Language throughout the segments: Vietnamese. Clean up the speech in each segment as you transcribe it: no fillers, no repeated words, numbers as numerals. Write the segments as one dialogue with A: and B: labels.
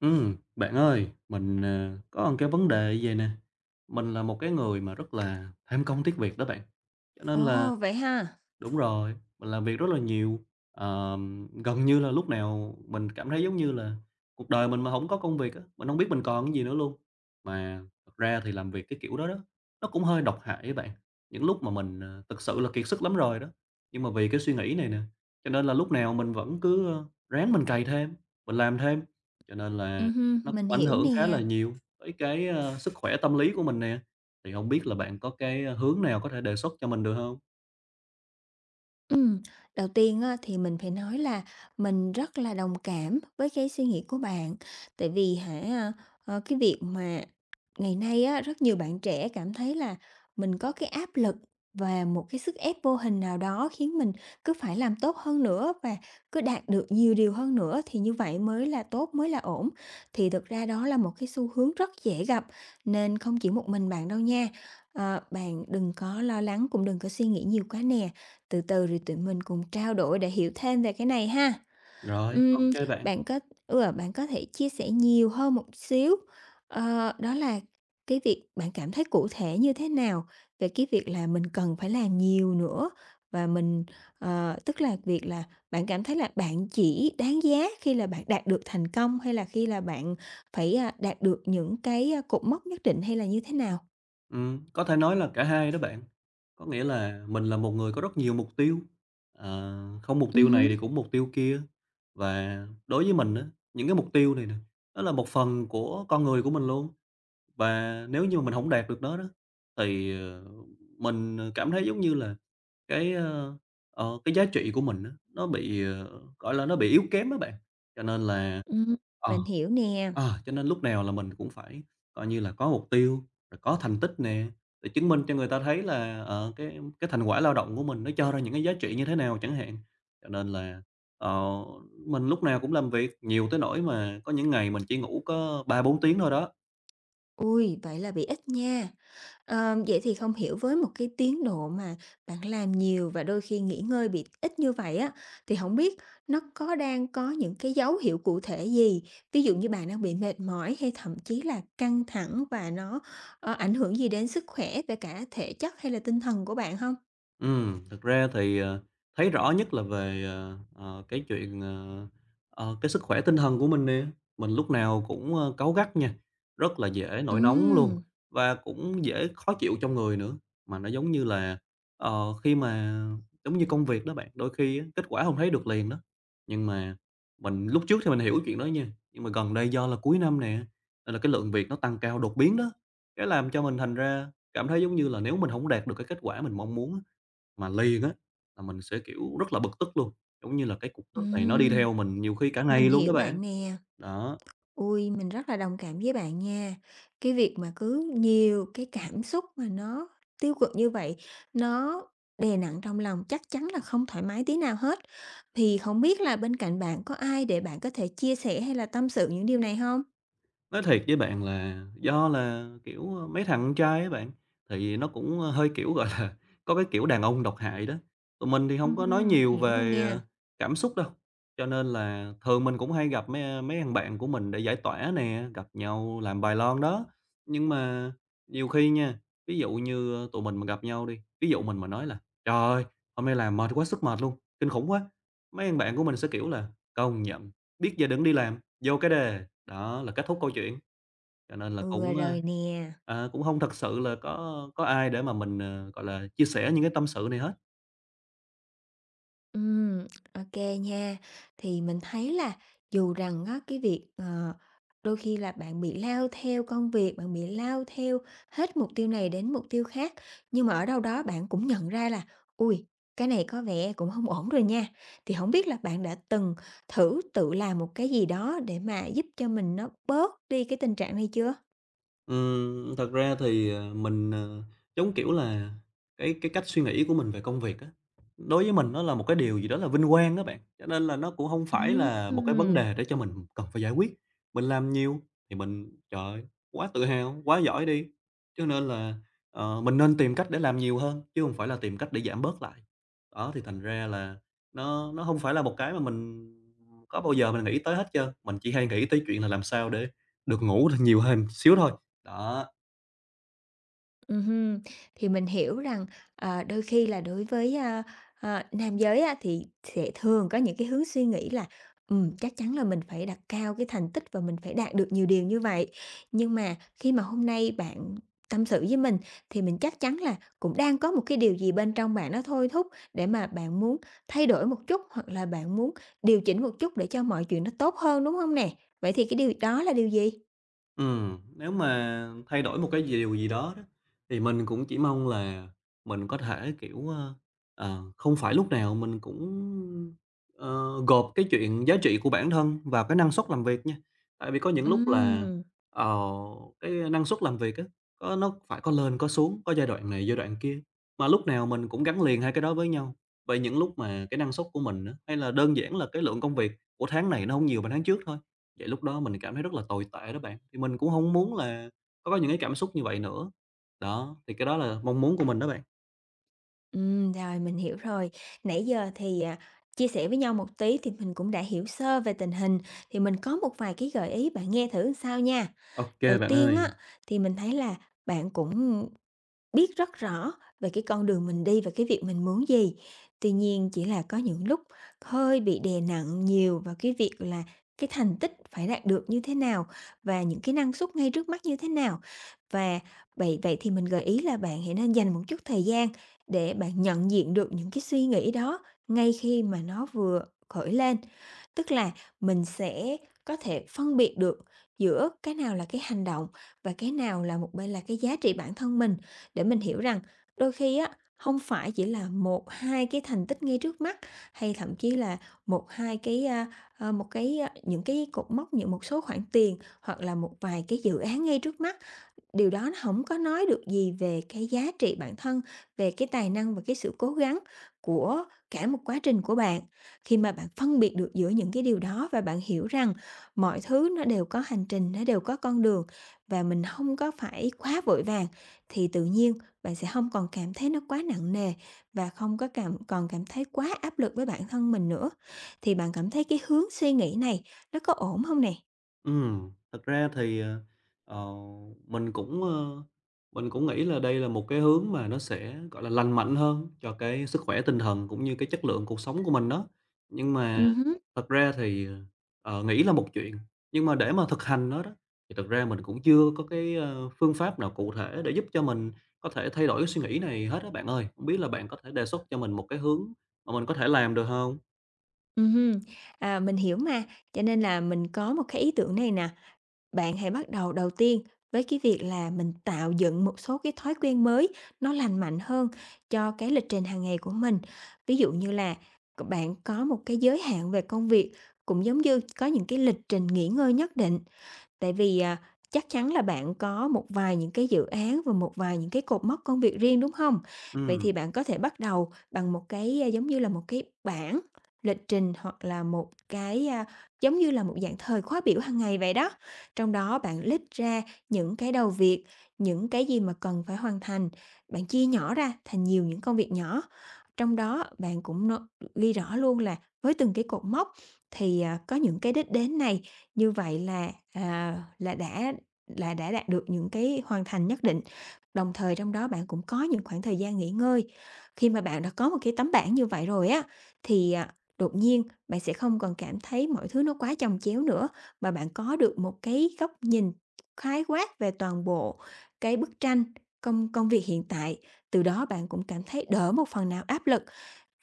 A: Bạn ơi, mình, có một cái vấn đề như vầy nè, mình là một cái người mà rất là tham công tiếc việc đó bạn, cho nên là
B: Ồ, vậy ha.
A: Đúng rồi, mình làm việc rất là nhiều, gần như là lúc nào mình cảm thấy giống như là cuộc đời mình mà không có công việc á, mình không biết mình còn cái gì nữa luôn. Mà thật ra thì làm việc cái kiểu đó đó, nó cũng hơi độc hại á bạn, những lúc mà mình, thực sự là kiệt sức lắm rồi đó, nhưng mà vì cái suy nghĩ này nè, cho nên là lúc nào mình vẫn cứ, ráng mình cày thêm, mình làm thêm, cho nên là
B: Hưm,
A: nó
B: mình
A: cũng ảnh
B: hiểu
A: hưởng khá là
B: nè.
A: nhiều tới cái, sức khỏe tâm lý của mình nè. Thì không biết là bạn có cái, hướng nào có thể đề xuất cho mình được không?
B: Ừm, Đầu tiên á, thì mình phải nói là mình rất là đồng cảm với cái suy nghĩ của bạn. Tại vì hả, cái việc mà ngày nay á, rất nhiều bạn trẻ cảm thấy là mình có cái áp lực và một cái sức ép vô hình nào đó khiến mình cứ phải làm tốt hơn nữa và cứ đạt được nhiều điều hơn nữa thì như vậy mới là tốt, mới là ổn. Thì thực ra đó là một cái xu hướng rất dễ gặp nên không chỉ một mình bạn đâu nha. Bạn đừng có lo lắng cũng đừng có suy nghĩ nhiều quá nè. Từ từ rồi tụi mình cùng trao đổi để hiểu thêm về cái này ha.
A: Rồi, ô
B: Ừm,
A: kê bạn.
B: bạn có Bạn có thể chia sẻ nhiều hơn một xíu, đó là cái việc bạn cảm thấy cụ thể như thế nào về cái việc là mình cần phải làm nhiều nữa và tức là việc là bạn cảm thấy là bạn chỉ đáng giá khi là bạn đạt được thành công hay là khi là bạn phải, đạt được những cái, cột mốc nhất định hay là như thế nào?
A: Có thể nói là cả hai đó bạn. Có nghĩa là mình là một người có rất nhiều mục tiêu, không mục tiêu này
B: Hứm.
A: thì cũng mục tiêu kia. Và đối với mình á, những cái mục tiêu này nè, nó là một phần của con người của mình luôn. Và nếu như mà mình không đạt được nó đó, thì, mình, cảm thấy giống như là cái, ơ, cái giá trị của mình á, nó bị, gọi là, nó bị yếu kém đó bạn. Cho nên là
B: Ừm.
A: ờ.
B: Mình hiểu nè.
A: à cho nên lúc nào là mình cũng phải, coi như là, có mục tiêu, rồi có thành tích nè, để chứng minh cho người ta thấy là, cái thành quả lao động của mình nó cho ra những cái giá trị như thế nào chẳng hạn. Cho nên là, ờ, mình lúc nào cũng làm việc nhiều tới nỗi mà có những ngày mình chỉ ngủ có 3 4 tiếng thôi đó.
B: Ui, vậy là bị ít nha. Vậy thì không hiểu với một cái tiến độ mà bạn làm nhiều và đôi khi nghỉ ngơi bị ít như vậy á, thì không biết nó có đang có những cái dấu hiệu cụ thể gì? Ví dụ như bạn đang bị mệt mỏi hay thậm chí là căng thẳng và nó, ảnh hưởng gì đến sức khỏe về cả thể chất hay là tinh thần của bạn không?
A: Ừ, thực ra thì, thấy rõ nhất là về, cái chuyện, cái sức khỏe tinh thần của mình nè. Mình lúc nào cũng, cáu gắt nha, rất là dễ nổi nóng
B: Ừm,
A: luôn và cũng dễ khó chịu trong người nữa. Mà nó giống như là, khi mà giống như công việc đó bạn, đôi khi á, kết quả không thấy được liền đó. Nhưng mà mình lúc trước thì mình hiểu chuyện đó nha, nhưng mà gần đây do là cuối năm nè, nên là cái lượng việc nó tăng cao đột biến đó, cái làm cho mình thành ra cảm thấy giống như là nếu mình không đạt được cái kết quả mình mong muốn á, mà liền á, là mình sẽ, kiểu, rất là bực tức luôn, giống như là cái cục tức này nó đi
B: ừm,
A: theo mình nhiều khi cả
B: mình
A: ngày luôn đó
B: hiểu
A: bạn.
B: bạn nè.
A: Đó.
B: Ui, mình rất là đồng cảm với bạn nha. Cái việc mà cứ nhiều cái cảm xúc mà nó tiêu cực như vậy, nó đè nặng trong lòng chắc chắn là không thoải mái tí nào hết. Thì không biết là bên cạnh bạn có ai để bạn có thể chia sẻ hay là tâm sự những điều này không?
A: Nói thiệt với bạn là do là, kiểu, mấy thằng con trai á bạn, thì nó cũng, hơi, kiểu, gọi là, có cái kiểu đàn ông độc hại đó. Tụi mình thì không có nói
B: Ừm
A: nhiều
B: Hiểu
A: về,
B: nè.
A: cảm xúc đâu, cho nên là thường mình cũng hay gặp mấy, mấy thằng bạn của mình để giải tỏa nè, gặp nhau làm bài lon đó. Nhưng mà nhiều khi nha, ví dụ như, tụi mình mà gặp nhau đi, ví dụ mình mà nói là "Trời ơi, hôm nay làm mệt quá sức mệt luôn, kinh khủng quá!" Mấy thằng bạn của mình sẽ, kiểu là "Công nhận, biết giờ đừng đi làm, vô cái đề." Đó, là kết thúc câu chuyện, cho nên là
B: Ừ,
A: cũng,
B: rồi nè.
A: cũng không thật sự là có ai để mà mình, gọi là, chia sẻ những cái tâm sự này hết.
B: Ừm, ok nha. Thì mình thấy là dù rằng á, cái việc, đôi khi là bạn bị lao theo công việc, bạn bị lao theo hết mục tiêu này đến mục tiêu khác, nhưng mà ở đâu đó bạn cũng nhận ra là "ui cái này có vẻ cũng không ổn rồi nha." Thì không biết là bạn đã từng thử tự làm một cái gì đó để mà giúp cho mình nó bớt đi cái tình trạng này chưa?
A: Thật ra thì, mình, giống kiểu là, cái cách suy nghĩ của mình về công việc á, đối với mình nó là một cái điều gì đó là vinh quang đó bạn, cho nên là nó cũng không phải là một cái vấn
B: Ừm.
A: đề để cho mình cần phải giải quyết. Mình làm nhiều thì mình, trời ơi, quá tự hào, quá giỏi đi, cho nên là, mình nên tìm cách để làm nhiều hơn, chứ không phải là tìm cách để giảm bớt lại. Đó, thì thành ra là nó không phải là một cái mà mình có bao giờ mình nghĩ tới hết trơn, mình chỉ hay nghĩ tới chuyện là làm sao để được ngủ được nhiều hơn xíu thôi. Đó.
B: Ừm, thì mình hiểu rằng, đôi khi là đối với, nam giới á, thì sẽ thường có những cái hướng suy nghĩ là, chắc chắn là mình phải đặt cao cái thành tích và mình phải đạt được nhiều điều như vậy. Nhưng mà khi mà hôm nay bạn tâm sự với mình thì mình chắc chắn là cũng đang có một cái điều gì bên trong bạn nó thôi thúc để mà bạn muốn thay đổi một chút, hoặc là bạn muốn điều chỉnh một chút để cho mọi chuyện nó tốt hơn, đúng không nè? Vậy thì cái điều đó là điều gì?
A: Ừ nếu mà thay đổi một cái gì điều gì đó đó, thì mình cũng chỉ mong là mình có thể, kiểu, không phải lúc nào mình cũng, ờ, gộp cái chuyện giá trị của bản thân vào cái năng suất làm việc nha. Tại vì có những lúc là,
B: Ừm.
A: ờ, cái năng suất làm việc á, có nó phải có lên có xuống, có giai đoạn này giai đoạn kia, mà lúc nào mình cũng gắn liền hai cái đó với nhau. Vậy những lúc mà cái năng suất của mình á, hay là đơn giản là cái lượng công việc của tháng này nó không nhiều bằng tháng trước thôi Vậy lúc đó mình cảm thấy rất là tồi tệ đó bạn, thì mình cũng không muốn là có những cái cảm xúc như vậy nữa. Đó, thì cái đó là mong muốn của mình đó bạn.
B: Rồi mình hiểu rồi. Nãy giờ thì, chia sẻ với nhau một tí thì mình cũng đã hiểu sơ về tình hình, thì mình có một vài cái gợi ý, bạn nghe thử làm sao nha.
A: Ok
B: Đầu
A: bạn
B: tiên á,
A: ơi.
B: thì mình thấy là bạn cũng biết rất rõ về cái con đường mình đi và cái việc mình muốn gì. Tuy nhiên chỉ là có những lúc hơi bị đè nặng nhiều vào cái việc là cái thành tích phải đạt được như thế nào và những cái năng suất ngay trước mắt như thế nào. Và vậy vậy thì mình gợi ý là bạn hãy nên dành một chút thời gian để bạn nhận diện được những cái suy nghĩ đó ngay khi mà nó vừa khởi lên. Tức là mình sẽ có thể phân biệt được giữa cái nào là cái hành động và cái nào là một bên là cái giá trị bản thân mình để mình hiểu rằng đôi khi á, không phải chỉ là một 2 cái thành tích ngay trước mắt, hay thậm chí là một 2 cái, một cái, những cái cột mốc, những một số khoản tiền, hoặc là một vài cái dự án ngay trước mắt. Điều đó nó không có nói được gì về cái giá trị bản thân, về cái tài năng và cái sự cố gắng của cả một quá trình của bạn. Khi mà bạn phân biệt được giữa những cái điều đó và bạn hiểu rằng mọi thứ nó đều có hành trình, nó đều có con đường và mình không có phải quá vội vàng, thì tự nhiên bạn sẽ không còn cảm thấy nó quá nặng nề và không có còn cảm thấy quá áp lực với bản thân mình nữa. Thì bạn cảm thấy cái hướng suy nghĩ này nó có ổn không nè?
A: Ừ, thật ra thì, ờ, mình cũng, mình cũng nghĩ là đây là một cái hướng mà nó sẽ, gọi là, lành mạnh hơn cho cái sức khỏe tinh thần cũng như cái chất lượng cuộc sống của mình đó. Nhưng mà
B: Ừm
A: thật ra thì, nghĩ là một chuyện, nhưng mà để mà thực hành nó đó, thì thật ra mình cũng chưa có cái, phương pháp nào cụ thể để giúp cho mình có thể thay đổi cái suy nghĩ này hết á bạn ơi. Không biết là bạn có thể đề xuất cho mình một cái hướng mà mình có thể làm được không?
B: Ừm mình hiểu mà, cho nên là mình có một cái ý tưởng này nè, bạn hãy bắt đầu đầu tiên với cái việc là mình tạo dựng một số cái thói quen mới nó lành mạnh hơn cho cái lịch trình hàng ngày của mình. Ví dụ như là bạn có một cái giới hạn về công việc, cũng giống như có những cái lịch trình nghỉ ngơi nhất định. Tại vì, chắc chắn là bạn có một vài những cái dự án và một vài những cái cột mốc công việc riêng, đúng không? Vậy
A: Ừ.
B: thì bạn có thể bắt đầu bằng một cái, giống như là một cái bảng lịch trình hoặc là một cái, giống như là một dạng thời khóa biểu hàng ngày vậy đó. Trong đó bạn list ra những cái đầu việc, những cái gì mà cần phải hoàn thành, bạn chia nhỏ ra thành nhiều những công việc nhỏ. Trong đó bạn cũng ghi rõ luôn là với từng cái cột mốc thì, có những cái đích đến này như vậy là, là đã đạt được những cái hoàn thành nhất định, đồng thời trong đó bạn cũng có những khoảng thời gian nghỉ ngơi. Khi mà bạn đã có một cái tấm bảng như vậy rồi á, thì, đột nhiên bạn sẽ không còn cảm thấy mọi thứ nó quá chồng chéo nữa, mà bạn có được một cái góc nhìn khái quát về toàn bộ cái bức tranh công công việc hiện tại. Từ đó bạn cũng cảm thấy đỡ một phần nào áp lực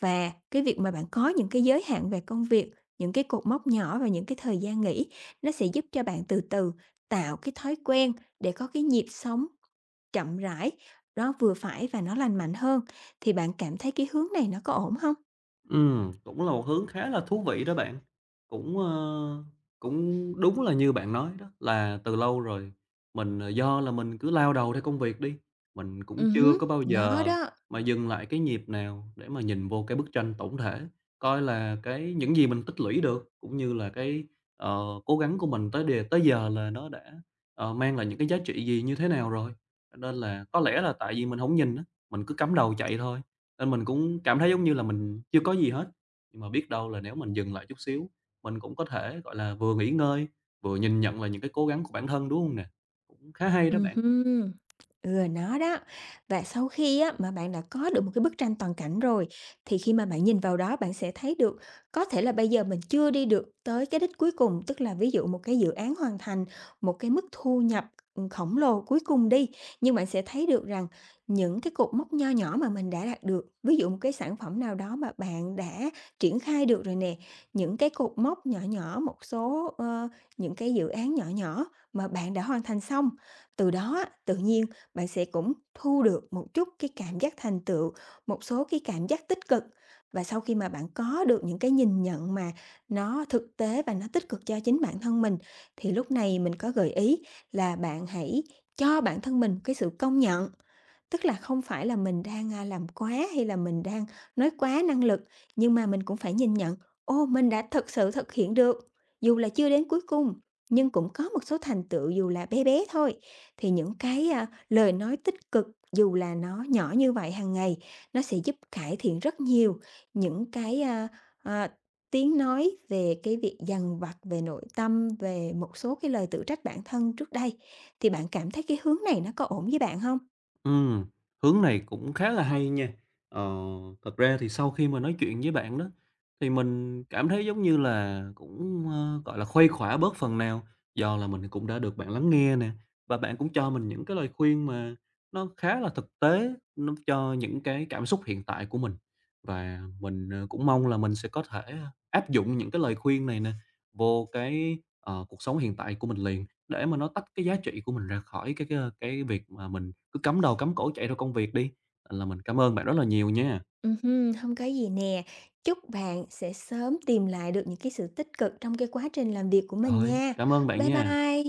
B: và cái việc mà bạn có những cái giới hạn về công việc, những cái cột mốc nhỏ và những cái thời gian nghỉ, nó sẽ giúp cho bạn từ từ tạo cái thói quen để có cái nhịp sống chậm rãi, nó vừa phải và nó lành mạnh hơn. Thì bạn cảm thấy cái hướng này nó có ổn không?
A: Cũng là một hướng khá là thú vị đó bạn. Cũng, cũng đúng là như bạn nói đó, là từ lâu rồi mình, do là mình cứ lao đầu theo công việc đi, mình cũng
B: Ừ
A: chưa
B: hứm,
A: có bao
B: nó
A: giờ
B: đó.
A: mà dừng lại cái nhịp nào để mà nhìn vô cái bức tranh tổng thể, coi là cái những gì mình tích lũy được, cũng như là cái, cố gắng của mình tới đề tới giờ là nó đã, mang lại những cái giá trị gì, như thế nào rồi. Cho nên là có lẽ là tại vì mình không nhìn á, mình cứ cắm đầu chạy thôi. Nên mình cũng cảm thấy giống như là mình chưa có gì hết, nhưng mà biết đâu là nếu mình dừng lại chút xíu, mình cũng có thể, gọi là, vừa nghỉ ngơi, vừa nhìn nhận lại những cái cố gắng của bản thân, đúng không nè? Cũng khá hay đó bạn.
B: Hưm. Ừ, nó đó. Và sau khi á, mà bạn đã có được một cái bức tranh toàn cảnh rồi, thì khi mà bạn nhìn vào đó bạn sẽ thấy được có thể là bây giờ mình chưa đi được tới cái đích cuối cùng, tức là ví dụ một cái dự án hoàn thành, một cái mức thu nhập, khổng lồ cuối cùng đi, nhưng bạn sẽ thấy được rằng những cái cột mốc nho nhỏ mà mình đã đạt được, ví dụ một cái sản phẩm nào đó mà bạn đã triển khai được rồi nè, những cái cột mốc nhỏ nhỏ, một số, những cái dự án nhỏ nhỏ mà bạn đã hoàn thành xong. Từ đó á, tự nhiên bạn sẽ cũng thu được một chút cái cảm giác thành tựu, một số cái cảm giác tích cực. Và sau khi mà bạn có được những cái nhìn nhận mà nó thực tế và nó tích cực cho chính bản thân mình, thì lúc này mình có gợi ý là bạn hãy cho bản thân mình cái sự công nhận. Tức là không phải là mình đang, làm quá hay là mình đang nói quá năng lực, nhưng mà mình cũng phải nhìn nhận, ô, mình đã thực sự thực hiện được, dù là chưa đến cuối cùng, nhưng cũng có một số thành tựu dù là bé bé thôi. Thì những cái, lời nói tích cực dù là nó nhỏ như vậy hàng ngày, nó sẽ giúp cải thiện rất nhiều những cái, à, tiếng nói về cái việc dằn vặt về nội tâm, về một số cái lời tự trách bản thân trước đây. Thì bạn cảm thấy cái hướng này nó có ổn với bạn không?
A: Ừm, hướng này cũng khá là hay nha. Ờ, thật ra thì sau khi mà nói chuyện với bạn đó, thì mình cảm thấy giống như là cũng, gọi là, khuây khỏa bớt phần nào, do là mình cũng đã được bạn lắng nghe nè, và bạn cũng cho mình những cái lời khuyên mà nó khá là thực tế, nó cho những cái cảm xúc hiện tại của mình. Và mình, cũng mong là mình sẽ có thể áp dụng những cái lời khuyên này nè vô cái, cuộc sống hiện tại của mình liền. Để mà nó tách cái giá trị của mình ra khỏi cái việc mà mình cứ cắm đầu cắm cổ chạy theo công việc đi. Ờ, là mình cảm ơn bạn rất là nhiều nha.
B: Hưm, có gì nè. Chúc bạn sẽ sớm tìm lại được những cái sự tích cực trong cái quá trình làm việc của mình
A: Rồi,
B: nha.
A: cảm ơn bạn
B: Bye
A: nha.
B: bye.